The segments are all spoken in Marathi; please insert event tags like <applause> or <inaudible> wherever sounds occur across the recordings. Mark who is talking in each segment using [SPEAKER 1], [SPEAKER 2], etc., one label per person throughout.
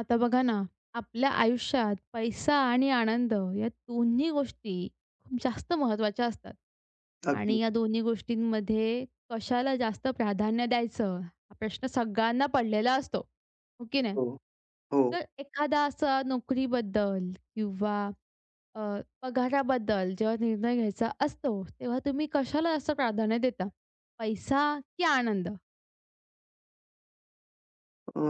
[SPEAKER 1] आता बघा ना, आपल्या आयुष्यात पैसा आणि आनंद या दोन्ही गोष्टी खूप जास्त महत्त्वाच्या असतात आणि
[SPEAKER 2] अगदी.
[SPEAKER 1] या दोन्ही गोष्टींमध्ये कशाला जास्त प्राधान्य द्यायचं, हा प्रश्न सगळ्यांना पडलेला असतो, हो की नाही?
[SPEAKER 2] हो, हो.
[SPEAKER 1] तर एखादा असा नोकरीबद्दल किंवा अ, पगाराबद्दल जेव्हा निर्णय घ्यायचा असतो, तेव्हा तुम्ही कशाला जास्त प्राधान्य देता? पैसा की आनंद?
[SPEAKER 2] अ,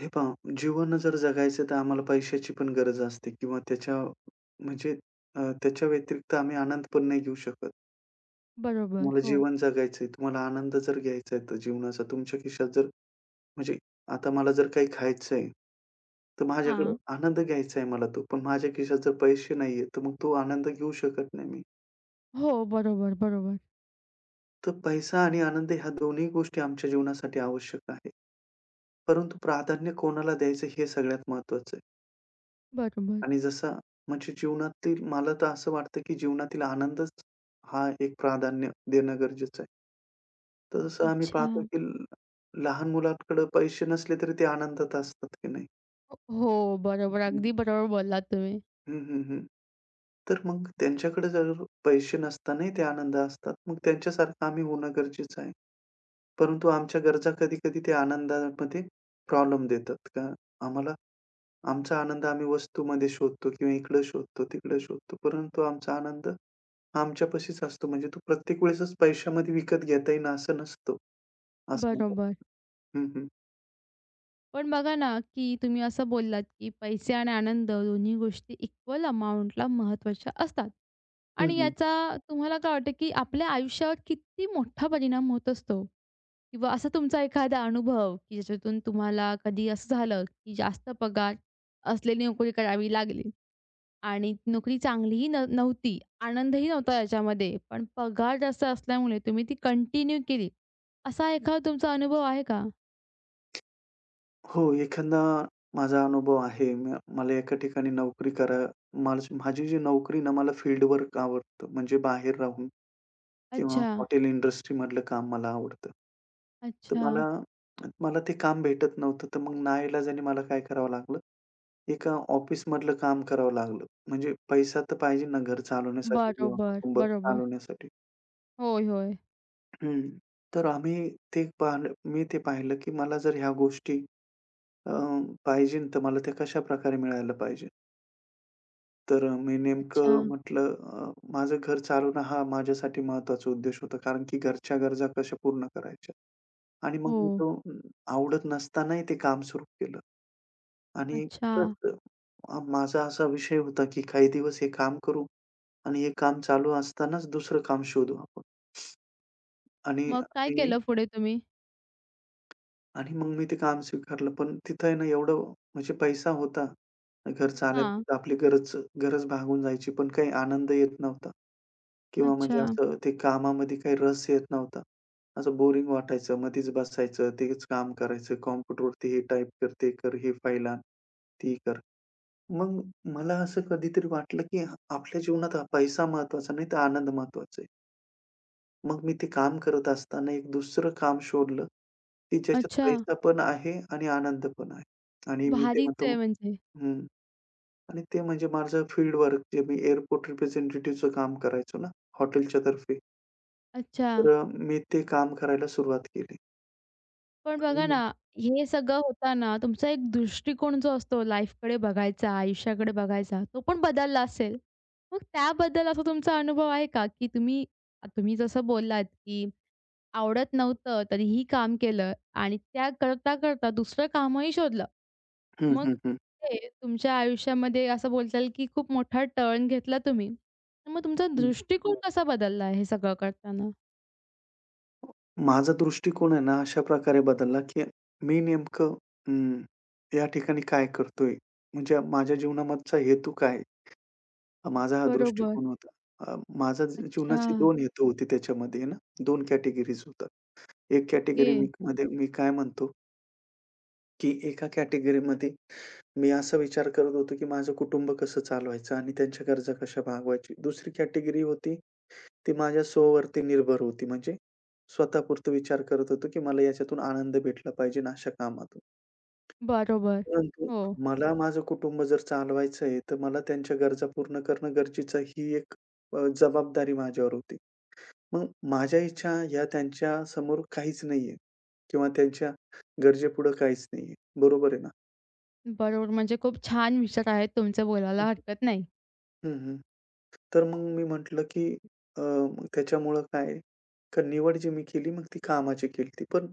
[SPEAKER 2] हे पहा. जीवन जर जगायचं तर आम्हाला पैशाची पण गरज असते किंवा त्याच्या म्हणजे त्याच्या व्यतिरिक्त आम्ही आनंद पण नाही घेऊ शकत.
[SPEAKER 1] बरोबर.
[SPEAKER 2] तुम्हाला
[SPEAKER 1] हो.
[SPEAKER 2] जीवन जगायचंय, तुम्हाला आनंद जर घ्यायचा आहे तर जीवनाचा तुमच्या खिशात जर म्हणजे आता मला जर काही खायचंय, तर माझ्याकडे
[SPEAKER 1] हां.
[SPEAKER 2] आनंद घ्यायचा आहे मला तो. पण माझ्या खिशात जर पैसे नाहीये, तर मग तो आनंद घेऊ शकत नाही मी.
[SPEAKER 1] हो. बरोबर, बरोबर.
[SPEAKER 2] तर पैसा आणि आनंद ह्या दोन्ही गोष्टी आमच्या जीवनासाठी आवश्यक आहे. परंतु प्राधान्य कोणाला द्यायचं हे सगळ्यात महत्त्वाचं आहे.
[SPEAKER 1] बरोबर.
[SPEAKER 2] आणि जसं म्हणजे जीवनातील मला तर असं वाटतं, की जीवनातील आनंदच हा एक प्राधान्य देणं गरजेचं आहे. तर जसं आम्ही
[SPEAKER 1] अच्छा.
[SPEAKER 2] पाहतो, की लहान मुलांकडे पैसे नसले तरी ते आनंदात असतात, की नाही?
[SPEAKER 1] हो, हो, बरोबर. अगदी बरोबर बोललात तुम्ही.
[SPEAKER 2] हं. तर मग त्यांच्याकडे जर पैसे नसतानाही ते आनंद असतात. मग त्यांच्यासारखं आम्ही होणं गरजेचं आहे. परंतु आमच्या गरजा कधी-कधी ते आनंदामध्ये प्रॉब्लेम देतात का? आम्हाला आमचा आनंद आम्ही वस्तूमध्ये शोधतो किंवा इकडं शोधतो, तिकडं शोधतो. परंतु आमचा आनंद आमच्यापाशीच असतो. म्हणजे तो प्रत्येक वेळेसच पैशामध्ये विकत घेता येईन असं नसतो. असं म्हणतो.
[SPEAKER 1] बरोबर.
[SPEAKER 2] हं.
[SPEAKER 1] पण बघा ना, की तुम्ही असं बोललात, की पैसे आणि आनंद दोन्ही गोष्टी इक्वल अमाउंटला महत्त्वाच्या असतात.
[SPEAKER 2] हं,
[SPEAKER 1] आणि
[SPEAKER 2] हं.
[SPEAKER 1] याचा तुम्हाला काय वाटतं, की आपल्या आयुष्यावर किती मोठा परिणाम होत असतो? किंवा असा तुमचा एखादा अनुभव, की ज्याच्यातून तुम्हाला कधी असं झालं, की जास्त पगार असलेली नोकरी करावी लागली? आणि नोकरी चांगलीही न नव्हती, आनंदही नव्हता याच्यामध्ये, पण पगार जास्त असल्यामुळे तुम्ही ती कंटिन्यू केली. असा एखादा तुमचा अनुभव आहे का?
[SPEAKER 2] हो, एखादा माझा अनुभव आहे. मला एका ठिकाणी नोकरी करा. माझी माझी जी नोकरी ना, मला फील्ड वर्क आवडतं. म्हणजे बाहेर राहून किंवा
[SPEAKER 1] अच्छा,
[SPEAKER 2] हॉटेल इंडस्ट्रीमधलं काम मला आवडतं. तर
[SPEAKER 1] अच्छा.
[SPEAKER 2] मला मला ते काम भेटत नव्हतं. तर मग नाईलाजाने मला काय करावं लागलं, एका ऑफिसमधलं काम करावं लागलं. म्हणजे पैसा तर पाहिजे ना, घर चालवण्यासाठी किंवा
[SPEAKER 1] बरोबर,
[SPEAKER 2] कुटुंब
[SPEAKER 1] बरोबर.
[SPEAKER 2] चालवण्यासाठी.
[SPEAKER 1] होय, होय.
[SPEAKER 2] हं. तर आम्ही ते पाहिलं, मी ते पाहिलं, की मला जर ह्या गोष्टी अ, पाहिजे तर मला त्या कशाप्रकारे मिळायला पाहिजे. तर मी
[SPEAKER 1] अच्छा.
[SPEAKER 2] नेमकं म्हटलं, माझं घर चालवणं हा माझ्यासाठी महत्त्वाचा उद्देश होता. कारण की घरच्या गरजा कशा पूर्ण करायच्या. आणि मग
[SPEAKER 1] हो.
[SPEAKER 2] मी तो आवडत नसतानाही ते काम सुरू केलं. आणि
[SPEAKER 1] अच्छा.
[SPEAKER 2] खरंच माझा असा विषय होता, की काही दिवस हे काम करू आणि हे काम चालू असतानाच दुसरं काम शोधू आपण. आणि
[SPEAKER 1] मग काय
[SPEAKER 2] मी
[SPEAKER 1] केलं पुढे तुम्ही?
[SPEAKER 2] आणि मग मी ते काम स्वीकारलं. पण तिथं आहे ना एवढं म्हणजे पैसा होता. घर
[SPEAKER 1] हां.
[SPEAKER 2] चालायपुरतं आपली गरज गरज भागून जायची, पण काही आनंद येत नव्हता किंवा म्हणजे
[SPEAKER 1] अच्छा,
[SPEAKER 2] असं ते कामामध्ये काही रस येत नव्हता. असं बोरिंग वाटायचं. मधीच बसायचं, तेच काम करायचं. कॉम्प्युटरवरती हे टाइप कर, ते कर, हे फाइल आण, ती कर. मग मला असं कधीतरी वाटलं, की आपल्या जीवनात हा पैसा महत्वाचा नाही, तर आनंद महत्वाचा आहे. मग मी ते काम करत असताना एक दुसरं काम शोधलं, की ज्याच्यात
[SPEAKER 1] अच्छा.
[SPEAKER 2] पैसा पण आहे आणि आनंद पण आहे, आणि मी ते
[SPEAKER 1] भारीच
[SPEAKER 2] म्हणतो.
[SPEAKER 1] आहे म्हणजे.
[SPEAKER 2] हं. आणि ते म्हणजे माझं फील्ड वर्क, जे मी एअरपोर्ट रिप्रेझेंटेटिव्हचं काम करायचो ना, हॉटेलच्या तर्फे.
[SPEAKER 1] अच्छा.
[SPEAKER 2] तर मी ते काम करायला सुरुवात केली.
[SPEAKER 1] पण बघा ना, हे सगळं होताना तुमचा एक दृष्टिकोन जो असतो लाईफकडे बघायचा, आयुष्याकडे बघायचा, तो पण बदलला असेल. मग त्याबद्दल असा तुमचा अनुभव आहे का, की तुम्ही तुम्ही जसं बोललात, की आवडत नव्हतं तरीही काम केलं आणि त्या करता-करता दुसरं कामही शोधलं.
[SPEAKER 2] हं,
[SPEAKER 1] मग
[SPEAKER 2] हं, हं.
[SPEAKER 1] ते तुमच्या आयुष्यामध्ये असं बोलता येईल, की खूप मोठा टर्न घेतला तुम्ही. तर मग तुमचा दृष्टिकोन कसा बदलला हे सगळं करताना?
[SPEAKER 2] माझा दृष्टिकोन आहे ना, अशा प्रकारे बदलला, की मी नेमकं अं, या ठिकाणी काय करतोय? म्हणजे माझ्या जीवनामागचा हेतू काय आहे? माझा हा
[SPEAKER 1] बरोबर.
[SPEAKER 2] दृष्टिकोन होता. माझा
[SPEAKER 1] अच्छा.
[SPEAKER 2] जीवनाचे 2 हेतू होते त्याच्यामध्ये ना, 2 कॅटेगरीज होतात. एक
[SPEAKER 1] ओके.
[SPEAKER 2] कॅटेगरी मी मध्ये मी काय म्हणतो, की एका कॅटेगरीमध्ये मी असा विचार करत होतो, की माझं कुटुंब कसं चालवायचं आणि त्यांच्या गरजा कशा भागवायची. दुसरी कॅटेगरी होती ती माझ्या स्ववरती निर्भर होती. म्हणजे स्वतःपुरता विचार करत होतो, की मला याच्यातून आनंद भेटला पाहिजे ना, अशा कामातून.
[SPEAKER 1] बरोबर.
[SPEAKER 2] परंतु
[SPEAKER 1] हो.
[SPEAKER 2] मला माझं कुटुंब जर चालवायचं आहे, तर मला त्यांच्या गरजा पूर्ण करणं गरजेचं आहे, ही एक जबाबदारी माझ्यावर होती. मग माझ्या इच्छा ह्या त्यांच्यासमोर काहीच नाहीये किंवा त्यांच्या गरजेपुढं काहीच नाहीये. बरोबर आहे ना?
[SPEAKER 1] बरोबर, म्हणजे खूप छान विचार आहेत तुमचे,
[SPEAKER 2] हं,
[SPEAKER 1] बोलायला
[SPEAKER 2] हं.
[SPEAKER 1] हरकत नाही.
[SPEAKER 2] तर मग मी म्हटलं, की मग त्याच्यामुळं काय, का निवड जी मी केली मग ती कामाची केली, पण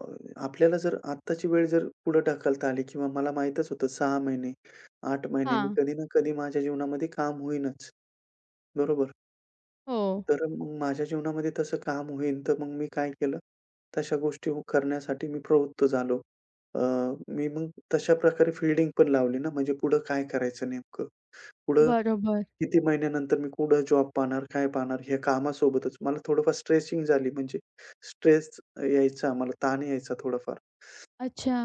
[SPEAKER 2] अ, आपल्याला जर आत्ताची वेळ जर पुढे ढकलता आली, किंवा मला माहीतच होतं 6 महिने, 8 महिन्यांनी
[SPEAKER 1] हां.
[SPEAKER 2] कधी ना कधी माझ्या जीवनामध्ये काम होईनच, बरोबर?
[SPEAKER 1] हो.
[SPEAKER 2] तर मग माझ्या जीवनामध्ये तसं काम होईन, तर मग मी काय केलं, करण्यासाठी मी प्रवृत्त झालो. अ, मी मग तशा प्रकारे फिल्डिंग पण लावली ना, म्हणजे पुढं काय करायचं नेमकं? पुढं
[SPEAKER 1] बरोबर.
[SPEAKER 2] किती महिन्यानंतर मी कुठं जॉब पाहणार, काय पाहणार? हे कामासोबतच मला थोडंफार स्ट्रेचिंग झाली, म्हणजे स्ट्रेस यायचा, मला ताण यायचा थोडाफार.
[SPEAKER 1] अच्छा.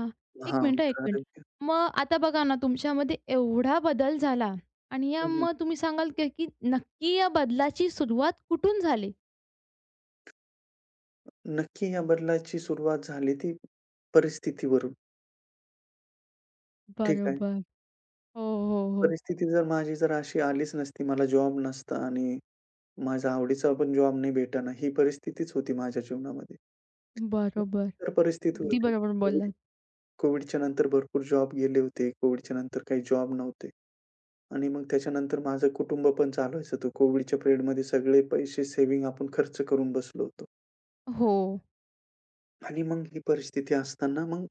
[SPEAKER 1] एक
[SPEAKER 2] हां,
[SPEAKER 1] मिनिट, एक मिनिट.
[SPEAKER 2] कारण.
[SPEAKER 1] मग आता बघा ना, तुमच्यामध्ये एवढा बदल झाला आणि या
[SPEAKER 2] हं.
[SPEAKER 1] मग तुम्ही सांगाल का, की नक्की या बदलाची सुरुवात कुठून झाली?
[SPEAKER 2] नक्की या बदलाची सुरुवात झाली ती परिस्थितीवरून. ठीक आहे.
[SPEAKER 1] बरोबर. हो, हो, हो.
[SPEAKER 2] परिस्थिती जर माझी जर अशी आलीच नसती, मला जॉब नसता आणि माझा आवडीचा पण जॉब नाही भेटेना, ही परिस्थितीच होती माझ्या जीवनामध्ये.
[SPEAKER 1] बरोबर.
[SPEAKER 2] तर परिस्थिती
[SPEAKER 1] अगदी
[SPEAKER 2] होती.
[SPEAKER 1] बरोबर
[SPEAKER 2] कोविड
[SPEAKER 1] बोललात.
[SPEAKER 2] कोविडच्या नंतर भरपूर जॉब गेले होते. कोविडच्या नंतर काही जॉब नव्हते. आणि मग त्याच्यानंतर माझं कुटुंब पण चालवायचं होतं. कोविडच्या पिरियडमध्ये सगळे पैसे सेव्हिंग आपण खर्च करून बसलो होतो.
[SPEAKER 1] हो.
[SPEAKER 2] आणि मग ही परिस्थिती असताना मग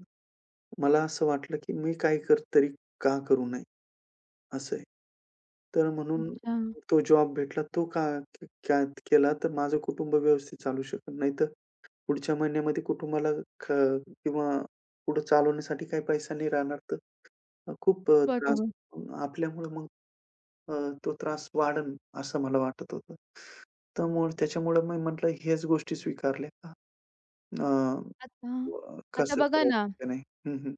[SPEAKER 2] मला असं वाटलं, की मी काही कर तरी का करू नये? असं आहे. तर म्हणून
[SPEAKER 1] अच्छा.
[SPEAKER 2] तो जॉब भेटला, तो का का केला तर माझं कुटुंब व्यवस्थित चालू शकत नाही, तर पुढच्या महिन्यामध्ये कुटुंबाला ख किंवा पुढे चालवण्यासाठी काही पैसा नाही राहणार तर खूप त्रास
[SPEAKER 1] बरोबर.
[SPEAKER 2] आपल्यामुळे मग अ, तो त्रास वाढेल असं मला वाटत होतं. त्यामुळे त्याच्यामुळे मी म्हटलं हेच गोष्टी स्वीकारल्या. का अ,
[SPEAKER 1] आता
[SPEAKER 2] हो.
[SPEAKER 1] आता
[SPEAKER 2] कसं
[SPEAKER 1] बघा ना,
[SPEAKER 2] करायचं की नाही? हं.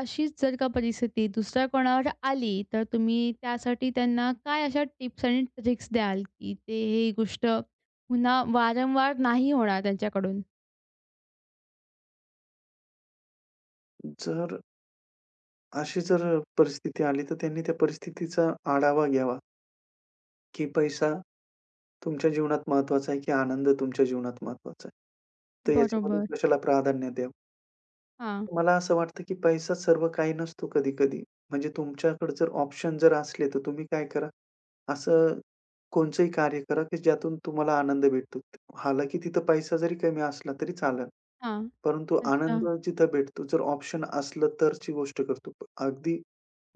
[SPEAKER 1] अशीच जर का परिस्थिती दुसऱ्या कोणावर आली, तर तुम्ही त्यासाठी त्यांना काय अशा टिप्स आणि ट्रिक्स द्याल, की ते ही गोष्ट पुन्हा वारंवार नाही होणार त्यांच्याकडून?
[SPEAKER 2] जर अशी जर परिस्थिती आली, तर त्यांनी त्या परिस्थितीचा आढावा घ्यावा, की पैसा तुमच्या जीवनात महत्त्वाचा आहे, की आनंद तुमच्या जीवनात महत्त्वाचा आहे. तर याच्यामधून
[SPEAKER 1] बरोबर.
[SPEAKER 2] कशाला प्राधान्य द्यावं?
[SPEAKER 1] हां,
[SPEAKER 2] मला असं वाटतं, की पैसा सर्व काही नसतो कधी-कधी. म्हणजे तुमच्याकडे जर ऑप्शन जर असले, तर तुम्ही काय करा, असं कोणचंही कार्य करा, की ज्यातून तुम्हाला आनंद भेटतो. हालांकी तिथं पैसा जरी कमी असला तरी चालेल,
[SPEAKER 1] हां.
[SPEAKER 2] परंतु
[SPEAKER 1] अच्छा.
[SPEAKER 2] आनंद जिथं भेटतो, जर ऑप्शन असलं तरची गोष्ट करतो. अगदी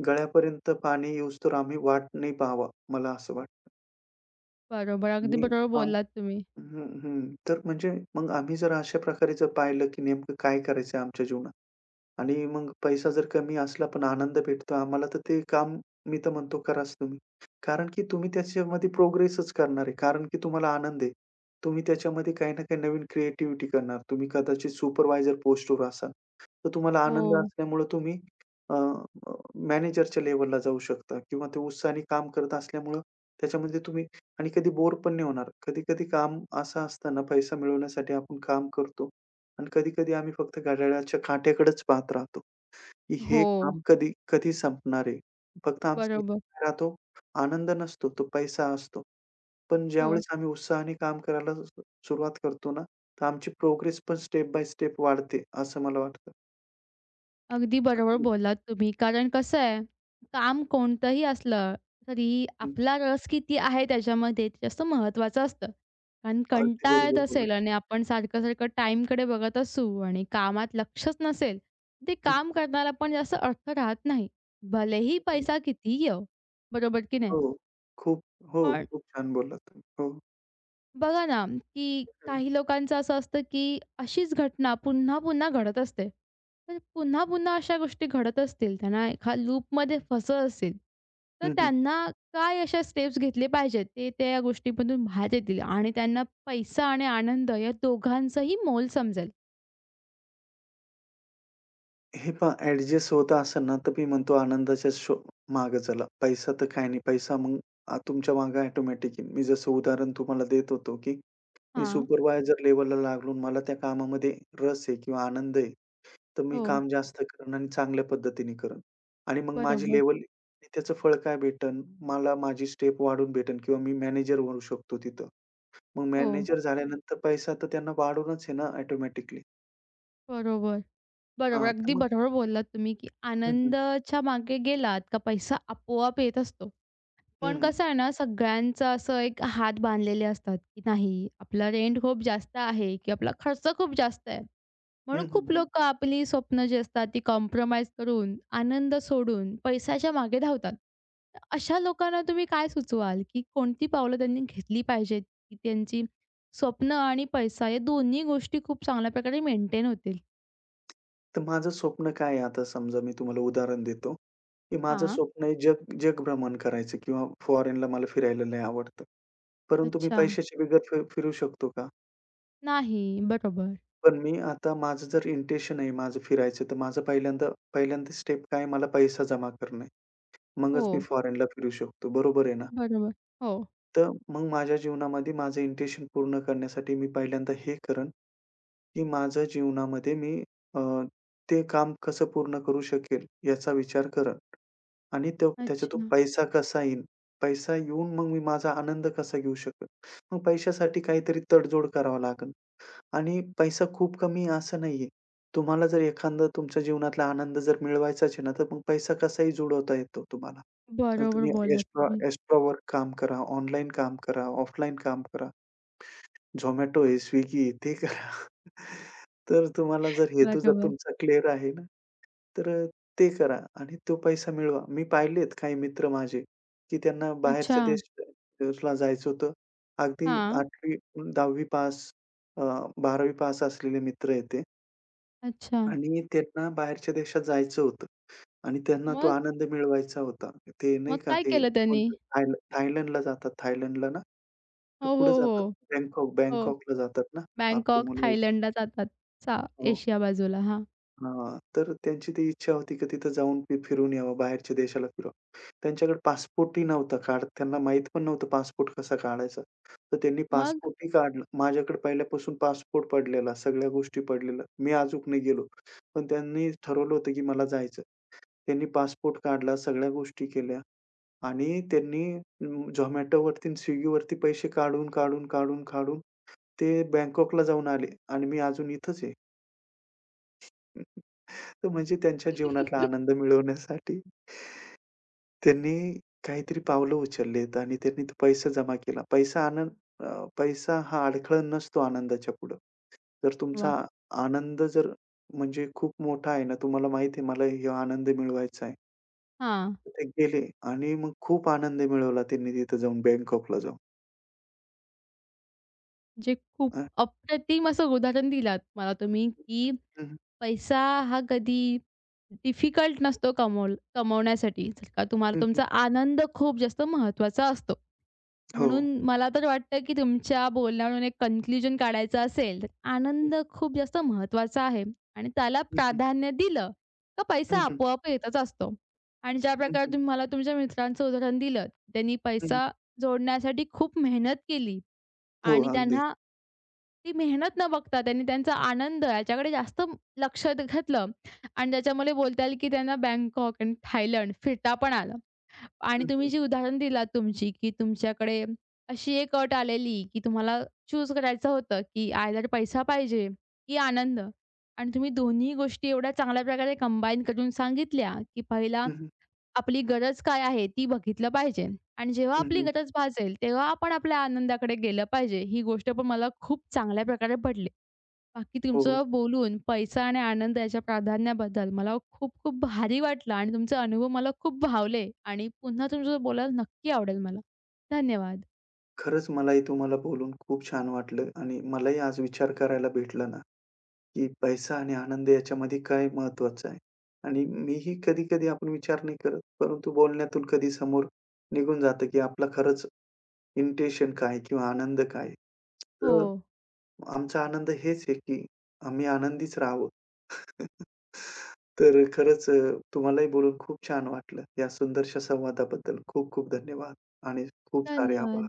[SPEAKER 2] गळ्यापर्यंत पाणी येऊस्तोवर आम्ही वाट नाही पाहावा, मला असं वाटतं.
[SPEAKER 1] बरोबर. अगदी
[SPEAKER 2] आणि
[SPEAKER 1] बरोबर
[SPEAKER 2] हां.
[SPEAKER 1] बोललात तुम्ही.
[SPEAKER 2] हं. तर म्हणजे मग आम्ही जर अशा प्रकारे जर पाहिलं, की नेमकं काय करायचं आहे आमच्या जीवनात. आणि मग पैसा जर कमी असला पण आनंद भेटतो आम्हाला, तर ते काम मी तर म्हणतो कराच तुम्ही. कारण की तुम्ही त्याच्यामध्ये प्रोग्रेसच करणार आहे. कारण की तुम्हाला आनंद आहे. तुम्ही त्याच्यामध्ये काही ना काही नवीन क्रिएटिव्हिटी करणार. तुम्ही कदाचित सुपरवायझर पोस्टवर असाल, तर तुम्हाला आनंद
[SPEAKER 1] हो,
[SPEAKER 2] असल्यामुळं तुम्ही अ, अ, मॅनेजरच्या लेव्हलला जाऊ शकता, किंवा ते उत्साहाने काम करत असल्यामुळं त्याच्यामध्ये तुम्ही, आणि कधी बोर पण नाही होणार. कधी-कधी काम असं असतं ना, पैसा मिळवण्यासाठी आपण काम करतो. आणि कधी-कधी आम्ही फक्त घड्याळाच्या काट्याकडेच पाहत राहतो, की हे
[SPEAKER 1] हो.
[SPEAKER 2] काम कधी कधी संपणार आहे. फक्त आमचा
[SPEAKER 1] बरोबर.
[SPEAKER 2] काय राहतो, आनंद नसतो, तो पैसा असतो. पण
[SPEAKER 1] हो.
[SPEAKER 2] ज्यावेळेस आम्ही उत्साहाने काम करायला सुरुवात करतो ना, तर आमची प्रोग्रेस पण स्टेप बाय स्टेप वाढते, असं मला वाटतं.
[SPEAKER 1] अगदी बरोबर
[SPEAKER 2] आणि
[SPEAKER 1] बोललात तुम्ही. कारण कसं आहे, काम कोणतंही असलं तरी
[SPEAKER 2] हं,
[SPEAKER 1] आपला रस किती आहे त्याच्यामध्ये ते जास्त महत्त्वाचं असतं. कारण
[SPEAKER 2] अगदी
[SPEAKER 1] कंटाळा येत
[SPEAKER 2] बरोबर बोलला.
[SPEAKER 1] असेल आणि आपण सारखं-सारखं टाईमकडे बघत असू आणि कामात लक्षच नसेल, ते
[SPEAKER 2] हं,
[SPEAKER 1] काम
[SPEAKER 2] हं,
[SPEAKER 1] करण्याला पण जास्त अर्थ राहत नाही. भलेही
[SPEAKER 2] हं.
[SPEAKER 1] पैसा किती येवो, बरोबर की नाही?
[SPEAKER 2] हो. खूप हो,
[SPEAKER 1] पण
[SPEAKER 2] खूप छान बोललात तुम्ही. हो.
[SPEAKER 1] बघा ना, की काही लोकांचं असं असतं, की अशीच घटना पुन्हा-पुन्हा घडत असते. तर पुन्हा-पुन्हा अशा गोष्टी घडत असतील, त्यांना एका लूपमध्ये फसत असेल, तर
[SPEAKER 2] हं.
[SPEAKER 1] त्यांना काय अशा स्टेप्स घेतले पाहिजेत, ते त्या गोष्टीमधून बाहेर येतील आणि त्यांना पैसा आणि आनंद या दोघांचंही मोल समजेल?
[SPEAKER 2] हे पहा, ॲडजस्ट होत असेल ना, तर मी म्हणतो आनंदाच्या मागे चला. पैसा तर काही नाही. पैसा मग तुमच्या मागे ऑटोमॅटिक येईल. मी जसं उदाहरण तुम्हाला देत होतो, की मी
[SPEAKER 1] हां.
[SPEAKER 2] सुपरवायझर लेवलला लागलो आणि मला त्या कामामध्ये रस आहे किंवा आनंद आहे, तर मी
[SPEAKER 1] हो.
[SPEAKER 2] काम जास्त करेन आणि चांगल्या पद्धतीने करेन. आणि मग माझी
[SPEAKER 1] बरोबर.
[SPEAKER 2] लेव्हल, त्याचं फळ काय भेटेल? मला माझी स्टेप वाढून भेटेल, किंवा मी मॅनेजर होऊ शकतो तिथं. मग
[SPEAKER 1] हो.
[SPEAKER 2] मॅनेजर झाल्यानंतर पैसा तर त्यांना वाढूनच आहे ना ऑटोमॅटिकली.
[SPEAKER 1] बरोबर. बरोबर.
[SPEAKER 2] हां, तर
[SPEAKER 1] अगदी
[SPEAKER 2] मग.
[SPEAKER 1] बरोबर बोललात तुम्ही, की
[SPEAKER 2] हं.
[SPEAKER 1] आनंदाच्या मागे गेलात का पैसा आपोआप येत असतो.
[SPEAKER 2] हं,
[SPEAKER 1] पण
[SPEAKER 2] हं.
[SPEAKER 1] कसं आहे ना, सगळ्यांचं असं एक हात बांधलेले असतात, की नाही आपला रेंट खूप जास्त आहे, की आपला खर्च खूप जास्त आहे. म्हणून
[SPEAKER 2] हं,
[SPEAKER 1] खूप
[SPEAKER 2] हं,
[SPEAKER 1] लोकं आपली स्वप्न जी असतात ती कॉम्प्रोमाईज करून, आनंद सोडून पैशाच्या मागे धावतात. तर अशा लोकांना तुम्ही काय सुचवाल, की कोणती पावलं त्यांनी घेतली पाहिजेत, की त्यांची स्वप्न आणि पैसा या दोन्ही गोष्टी खूप चांगल्या प्रकारे मेंटेन होतील?
[SPEAKER 2] तर माझं स्वप्न काय आहे, आता समजा मी तुम्हाला उदाहरण देतो, की माझं
[SPEAKER 1] हां,
[SPEAKER 2] स्वप्न आहे जग, जगभ्रमण करायचं, किंवा फॉरेनला मला फिरायला लय आवडतं. परंतु मी
[SPEAKER 1] अच्छा.
[SPEAKER 2] पैशाची बिगत फिरू शकतो का?
[SPEAKER 1] नाही, बरोबर.
[SPEAKER 2] पण मी आता माझं जर इंटेन्शन आहे माझं फिरायचं, तर माझं पहिल्यांदा पहिल्यांदा स्टेप काय आहे, मला पैसा जमा करणे.
[SPEAKER 1] हो,
[SPEAKER 2] मगच मी फॉरेनला फिरू शकतो. बरोबर आहे ना?
[SPEAKER 1] बरोबर. हो,
[SPEAKER 2] तर मग माझ्या जीवनामध्ये माझं इंटेन्शन पूर्ण करण्यासाठी मी पहिल्यांदा हे करेन, की माझं जीवनामध्ये मी अ, ते काम कसं पूर्ण करू शकेल याचा विचार करेन, आणि तो त्याच्यातून
[SPEAKER 1] अच्छा.
[SPEAKER 2] पैसा कसा येईल? पैसा येऊन मग मी माझा आनंद कसा घेऊ शकेल? मग पैशासाठी काहीतरी तडजोड करावं लागेल. आणि पैसा खूप कमी आहे असं नाहीये. तुम्हाला जर एखादा तुमच्या जीवनातला आनंद जर मिळवायचाच आहे ना, तर मग पैसा कसाही जुळवता येतो तुम्हाला. मग
[SPEAKER 1] बरोबर
[SPEAKER 2] तुम्ही
[SPEAKER 1] बोललात
[SPEAKER 2] एक्स्ट्रा
[SPEAKER 1] तुम्ही.
[SPEAKER 2] एक्स्ट्रा वर्क काम करा, ऑनलाईन काम करा, ऑफलाईन काम करा. Zomato आहे, Swiggy आहे, ते करा. तर तुम्हाला जर हेतू जर
[SPEAKER 1] बरोबर.
[SPEAKER 2] तुमचा क्लिअर आहे ना, तर ते करा आणि तो पैसा मिळवा. मी पाहिलेत काही मित्र माझे, की त्यांना बाहेरच्या
[SPEAKER 1] अच्छा.
[SPEAKER 2] देशाला जायचं होतं. अगदी
[SPEAKER 1] हां.
[SPEAKER 2] 8वी 10वी पास अ, 12वी पास असलेले मित्र आहेत ते,
[SPEAKER 1] अच्छा.
[SPEAKER 2] आणि त्यांना बाहेरच्या देशात जायचं होतं. आणि त्यांना तो
[SPEAKER 1] मग?
[SPEAKER 2] आनंद मिळवायचा होता. ते नाही
[SPEAKER 1] मग
[SPEAKER 2] का
[SPEAKER 1] काय
[SPEAKER 2] ते
[SPEAKER 1] केलं त्यांनी?
[SPEAKER 2] कोणतं थायलंडला जातात. थायलंडला ना,
[SPEAKER 1] हो,
[SPEAKER 2] तर
[SPEAKER 1] हो,
[SPEAKER 2] कुठे जातात?
[SPEAKER 1] हो. हो.
[SPEAKER 2] बँकॉकला जातात ना, आपली
[SPEAKER 1] बँकॉक,
[SPEAKER 2] मुलं.
[SPEAKER 1] थायलंडला जातात, सा
[SPEAKER 2] हो.
[SPEAKER 1] एशिया बाजूला. हां.
[SPEAKER 2] हां, तर त्यांची ती इच्छा होती, की तिथं जाऊन ते फिरून यावं, बाहेरच्या देशाला फिरावं. त्यांच्याकडे पासपोर्टही नव्हता, त्यांना माहीत पण नव्हतं पासपोर्ट कसा काढायचा. तर त्यांनी
[SPEAKER 1] मग?
[SPEAKER 2] पासपोर्टही काढला. माझ्याकडे पहिल्यापासून पासपोर्ट पडलेला, सगळ्या गोष्टी पडलेल्या. मी अजूक नाही गेलो. पण त्यांनी ठरवलं होतं, की मला जायचं. त्यांनी पासपोर्ट काढला, सगळ्या गोष्टी केल्या. आणि त्यांनी Zomatoवरती आणि Swiggyवरती पैसे काढून, काढून, काढून, काढून ते बँकॉकला जाऊन आले, आणि मी अजून इथंच आहे. <laughs> तर म्हणजे त्यांच्या जीवनातला आनंद
[SPEAKER 1] <laughs>
[SPEAKER 2] मिळवण्यासाठी त्यांनी काहीतरी पावलं उचललेत आणि त्यांनी तो पैसा जमा केला. पैसा आनंद, पैसा हा अडथळा नसतो आनंदाच्या पुढं. जर तुमचा
[SPEAKER 1] वाह!
[SPEAKER 2] आनंद जर म्हणजे खूप मोठा आहे ना, तुम्हाला माहिती आहे मला हे आनंद मिळवायचा आहे.
[SPEAKER 1] हां.
[SPEAKER 2] तर ते गेले आणि मग खूप आनंद मिळवला त्यांनी तिथं जाऊन, बँकॉकला जाऊन.
[SPEAKER 1] जे खूप
[SPEAKER 2] अ,
[SPEAKER 1] अप्रतिम असं उदाहरण दिलात मला तुम्ही, की
[SPEAKER 2] हं.
[SPEAKER 1] पैसा हा कधी डिफिकल्ट नसतो कमवण्यासाठी. जर का तुम्हाला
[SPEAKER 2] हं.
[SPEAKER 1] तुमचा आनंद खूप जास्त महत्त्वाचा असतो.
[SPEAKER 2] हो.
[SPEAKER 1] म्हणून मला तर वाटतं, की तुमच्या बोलण्यावरून एक कन्क्लुजन काढायचं असेल, तर
[SPEAKER 2] हं,
[SPEAKER 1] आनंद खूप जास्त महत्त्वाचा आहे आणि त्याला
[SPEAKER 2] हं.
[SPEAKER 1] प्राधान्य दिलं, का
[SPEAKER 2] हं,
[SPEAKER 1] पैसा
[SPEAKER 2] हं.
[SPEAKER 1] आपोआप येतच असतो. आणि ज्या
[SPEAKER 2] हं,
[SPEAKER 1] प्रकारे
[SPEAKER 2] हं.
[SPEAKER 1] तुम्ही मला तुमच्या मित्रांचं उदाहरण दिलं, त्यांनी
[SPEAKER 2] हं.
[SPEAKER 1] पैसा जोडण्यासाठी खूप मेहनत केली
[SPEAKER 2] हो,
[SPEAKER 1] आणि
[SPEAKER 2] अगदी.
[SPEAKER 1] त्यांना ती मेहनत न बघता त्यांनी त्यांचा आनंद याच्याकडे जास्त लक्ष घातलं आणि त्याच्यामुळे बोलता येईल की त्यांना बँकॉक आणि थायलंड फिरता पण आलं. आणि
[SPEAKER 2] हं,
[SPEAKER 1] तुम्ही
[SPEAKER 2] हं.
[SPEAKER 1] जी उदाहरण दिलात तुमची, की तुमच्याकडे अशी एक अट आलेली, की तुम्हाला चूज करायचं होतं, की आयदर पैसा पाहिजे की आनंद, आणि तुम्ही दोन्ही गोष्टी एवढ्या चांगल्या प्रकारे कंबाईन करून सांगितल्या, की पहिला
[SPEAKER 2] हं.
[SPEAKER 1] आपली गरज काय आहे ती बघितलं पाहिजे आणि जेव्हा
[SPEAKER 2] हं,
[SPEAKER 1] आपली
[SPEAKER 2] हं.
[SPEAKER 1] गरज भासेल तेव्हा आपण आपल्या आनंदाकडे गेलं पाहिजे. ही गोष्ट पण मला खूप चांगल्या प्रकारे पटली. बाकी
[SPEAKER 2] हो, हो.
[SPEAKER 1] तुमचं बोलून पैसा आणि आनंद याच्या प्राधान्याबद्दल मला खूप खूप भारी वाटलं आणि तुमचे अनुभव मला खूप भावले आणि पुन्हा तुमच्यासोबत बोलायला नक्की आवडेल मला. धन्यवाद.
[SPEAKER 2] खरंच मलाही तुम्हाला बोलून खूप छान वाटलं, आणि मलाही आज विचार करायला भेटला ना, की पैसा आणि आनंद याच्यामध्ये काय महत्त्वाचं आहे. आणि मीही कधी-कधी आपण विचार नाही करत, परंतु बोलण्यातून कधी समोर निघून जातं, की आपला खरंच इंटेन्शन काय किंवा आनंद काय आहे.
[SPEAKER 1] हो,
[SPEAKER 2] तर आमचा आनंद हेच आहे, की आम्ही आनंदीच राहावं. <laughs> तर खरंच तुम्हालाही बोलून खूप छान वाटलं. या सुंदरशा संवादाबद्दल खूप खूप धन्यवाद आणि खूप सारे आभार.
[SPEAKER 1] धन्यवाद.